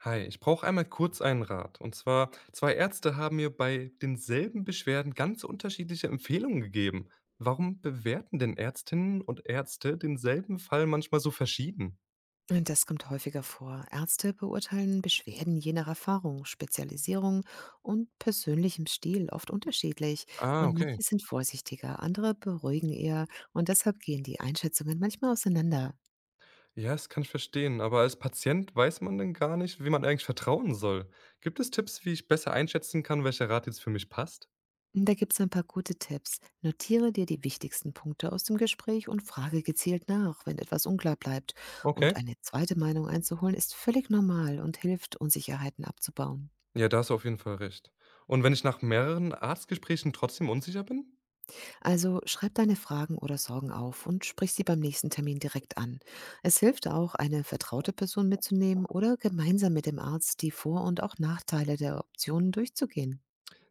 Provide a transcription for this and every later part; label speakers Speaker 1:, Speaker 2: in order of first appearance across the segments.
Speaker 1: Hi, ich brauche einmal kurz einen Rat. Und zwar, zwei Ärzte haben mir bei denselben Beschwerden ganz unterschiedliche Empfehlungen gegeben. Warum bewerten denn Ärztinnen und Ärzte denselben Fall manchmal so verschieden?
Speaker 2: Und das kommt häufiger vor. Ärzte beurteilen Beschwerden je nach Erfahrung, Spezialisierung und persönlichem Stil oft unterschiedlich.
Speaker 1: Ah,
Speaker 2: Und
Speaker 1: okay.
Speaker 2: manche sind vorsichtiger, andere beruhigen eher. Und deshalb gehen die Einschätzungen manchmal auseinander.
Speaker 1: Ja, das kann ich verstehen. Aber als Patient weiß man denn gar nicht, wie man eigentlich vertrauen soll. Gibt es Tipps, wie ich besser einschätzen kann, welcher Rat jetzt für mich passt?
Speaker 2: Da gibt es ein paar gute Tipps. Notiere dir die wichtigsten Punkte aus dem Gespräch und frage gezielt nach, wenn etwas unklar bleibt. Und
Speaker 1: Okay.
Speaker 2: eine zweite Meinung einzuholen ist völlig normal und hilft, Unsicherheiten abzubauen.
Speaker 1: Ja, da hast du auf jeden Fall recht. Und wenn ich nach mehreren Arztgesprächen trotzdem unsicher bin?
Speaker 2: Also schreib deine Fragen oder Sorgen auf und sprich sie beim nächsten Termin direkt an. Es hilft auch, eine vertraute Person mitzunehmen oder gemeinsam mit dem Arzt die Vor- und auch Nachteile der Optionen durchzugehen.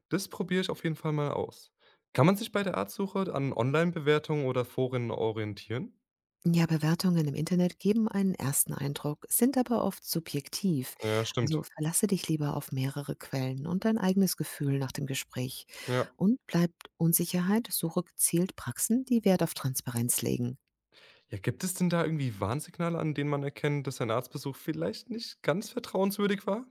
Speaker 1: Das probiere ich auf jeden Fall mal aus. Kann man sich bei der Artsuche an Online-Bewertungen oder Foren orientieren?
Speaker 2: Ja, Bewertungen im Internet geben einen ersten Eindruck, sind aber oft subjektiv.
Speaker 1: Ja,
Speaker 2: Also
Speaker 1: stimmt.
Speaker 2: verlasse dich lieber auf mehrere Quellen und dein eigenes Gefühl nach dem Gespräch.
Speaker 1: Ja.
Speaker 2: Und bleibt Unsicherheit, suche gezielt Praxen, die Wert auf Transparenz legen.
Speaker 1: Ja, gibt es denn da irgendwie Warnsignale, an denen man erkennt, dass ein Arztbesuch vielleicht nicht ganz vertrauenswürdig war?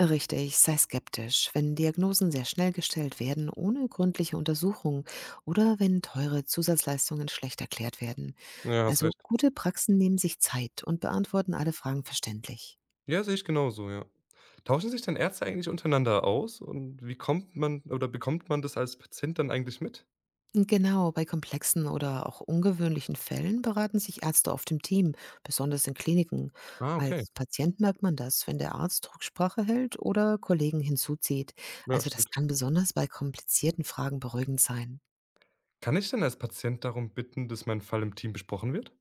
Speaker 2: Richtig, sei skeptisch, wenn Diagnosen sehr schnell gestellt werden, ohne gründliche Untersuchung oder wenn teure Zusatzleistungen schlecht erklärt werden.
Speaker 1: Ja, hast
Speaker 2: Also
Speaker 1: recht.
Speaker 2: gute Praxen nehmen sich Zeit und beantworten alle Fragen verständlich.
Speaker 1: Ja, sehe ich genauso, ja. Tauschen sich dann Ärzte eigentlich untereinander aus und wie kommt man oder bekommt man das als Patient dann eigentlich mit?
Speaker 2: Genau, bei komplexen oder auch ungewöhnlichen Fällen beraten sich Ärzte oft im Team, besonders in Kliniken.
Speaker 1: Ah, okay.
Speaker 2: Als Patient merkt man das, wenn der Arzt Rücksprache hält oder Kollegen hinzuzieht.
Speaker 1: Ja,
Speaker 2: Also das
Speaker 1: stimmt.
Speaker 2: kann besonders bei komplizierten Fragen beruhigend sein.
Speaker 1: Kann ich denn als Patient darum bitten, dass mein Fall im Team besprochen wird?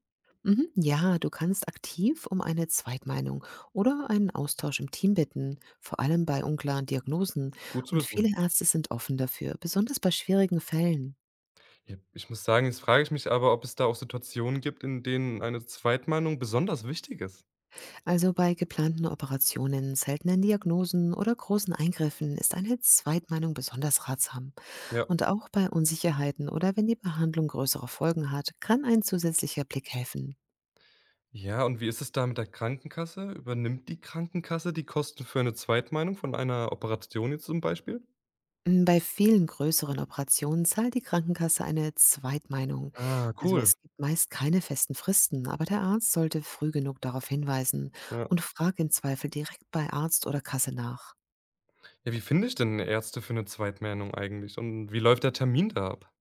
Speaker 2: Mhm. Ja, du kannst aktiv um eine Zweitmeinung oder einen Austausch im Team bitten, vor allem bei unklaren Diagnosen.
Speaker 1: Gut zu
Speaker 2: Und viele
Speaker 1: wissen.
Speaker 2: Ärzte sind offen dafür, besonders bei schwierigen Fällen.
Speaker 1: Ja, ich muss sagen, jetzt frage ich mich aber, ob es da auch Situationen gibt, in denen eine Zweitmeinung besonders wichtig ist.
Speaker 2: Also bei geplanten Operationen, seltenen Diagnosen oder großen Eingriffen ist eine Zweitmeinung besonders ratsam.
Speaker 1: Ja.
Speaker 2: Und auch bei Unsicherheiten oder wenn die Behandlung größere Folgen hat, kann ein zusätzlicher Blick helfen.
Speaker 1: Ja, und wie ist es da mit der Krankenkasse? Übernimmt die Krankenkasse die Kosten für eine Zweitmeinung von einer Operation jetzt zum Beispiel?
Speaker 2: Hm, bei vielen größeren Operationen zahlt die Krankenkasse eine Zweitmeinung.
Speaker 1: Ah,
Speaker 2: Also
Speaker 1: cool.
Speaker 2: es gibt meist keine festen Fristen, aber der Arzt sollte früh genug darauf hinweisen
Speaker 1: Ja.
Speaker 2: und frag im Zweifel direkt bei Arzt oder Kasse nach.
Speaker 1: Ja, wie finde ich denn Ärzte für eine Zweitmeinung eigentlich und wie läuft der Termin da ab?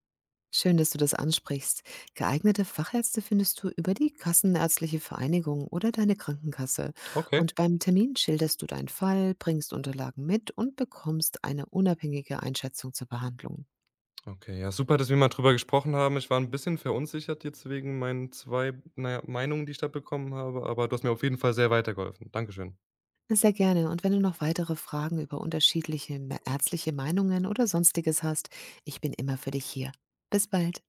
Speaker 2: Schön, dass du das ansprichst. Geeignete Fachärzte findest du über die Kassenärztliche Vereinigung oder deine Krankenkasse.
Speaker 1: Okay.
Speaker 2: Und beim Termin schilderst du deinen Fall, bringst Unterlagen mit und bekommst eine unabhängige Einschätzung zur Behandlung.
Speaker 1: Okay, ja, super, dass wir mal drüber gesprochen haben. Ich war ein bisschen verunsichert jetzt wegen meinen 2, naja, Meinungen, die ich da bekommen habe, aber du hast mir auf jeden Fall sehr weitergeholfen. Dankeschön.
Speaker 2: Sehr gerne. Und wenn du noch weitere Fragen über unterschiedliche ärztliche Meinungen oder sonstiges hast, ich bin immer für dich hier. Bis bald.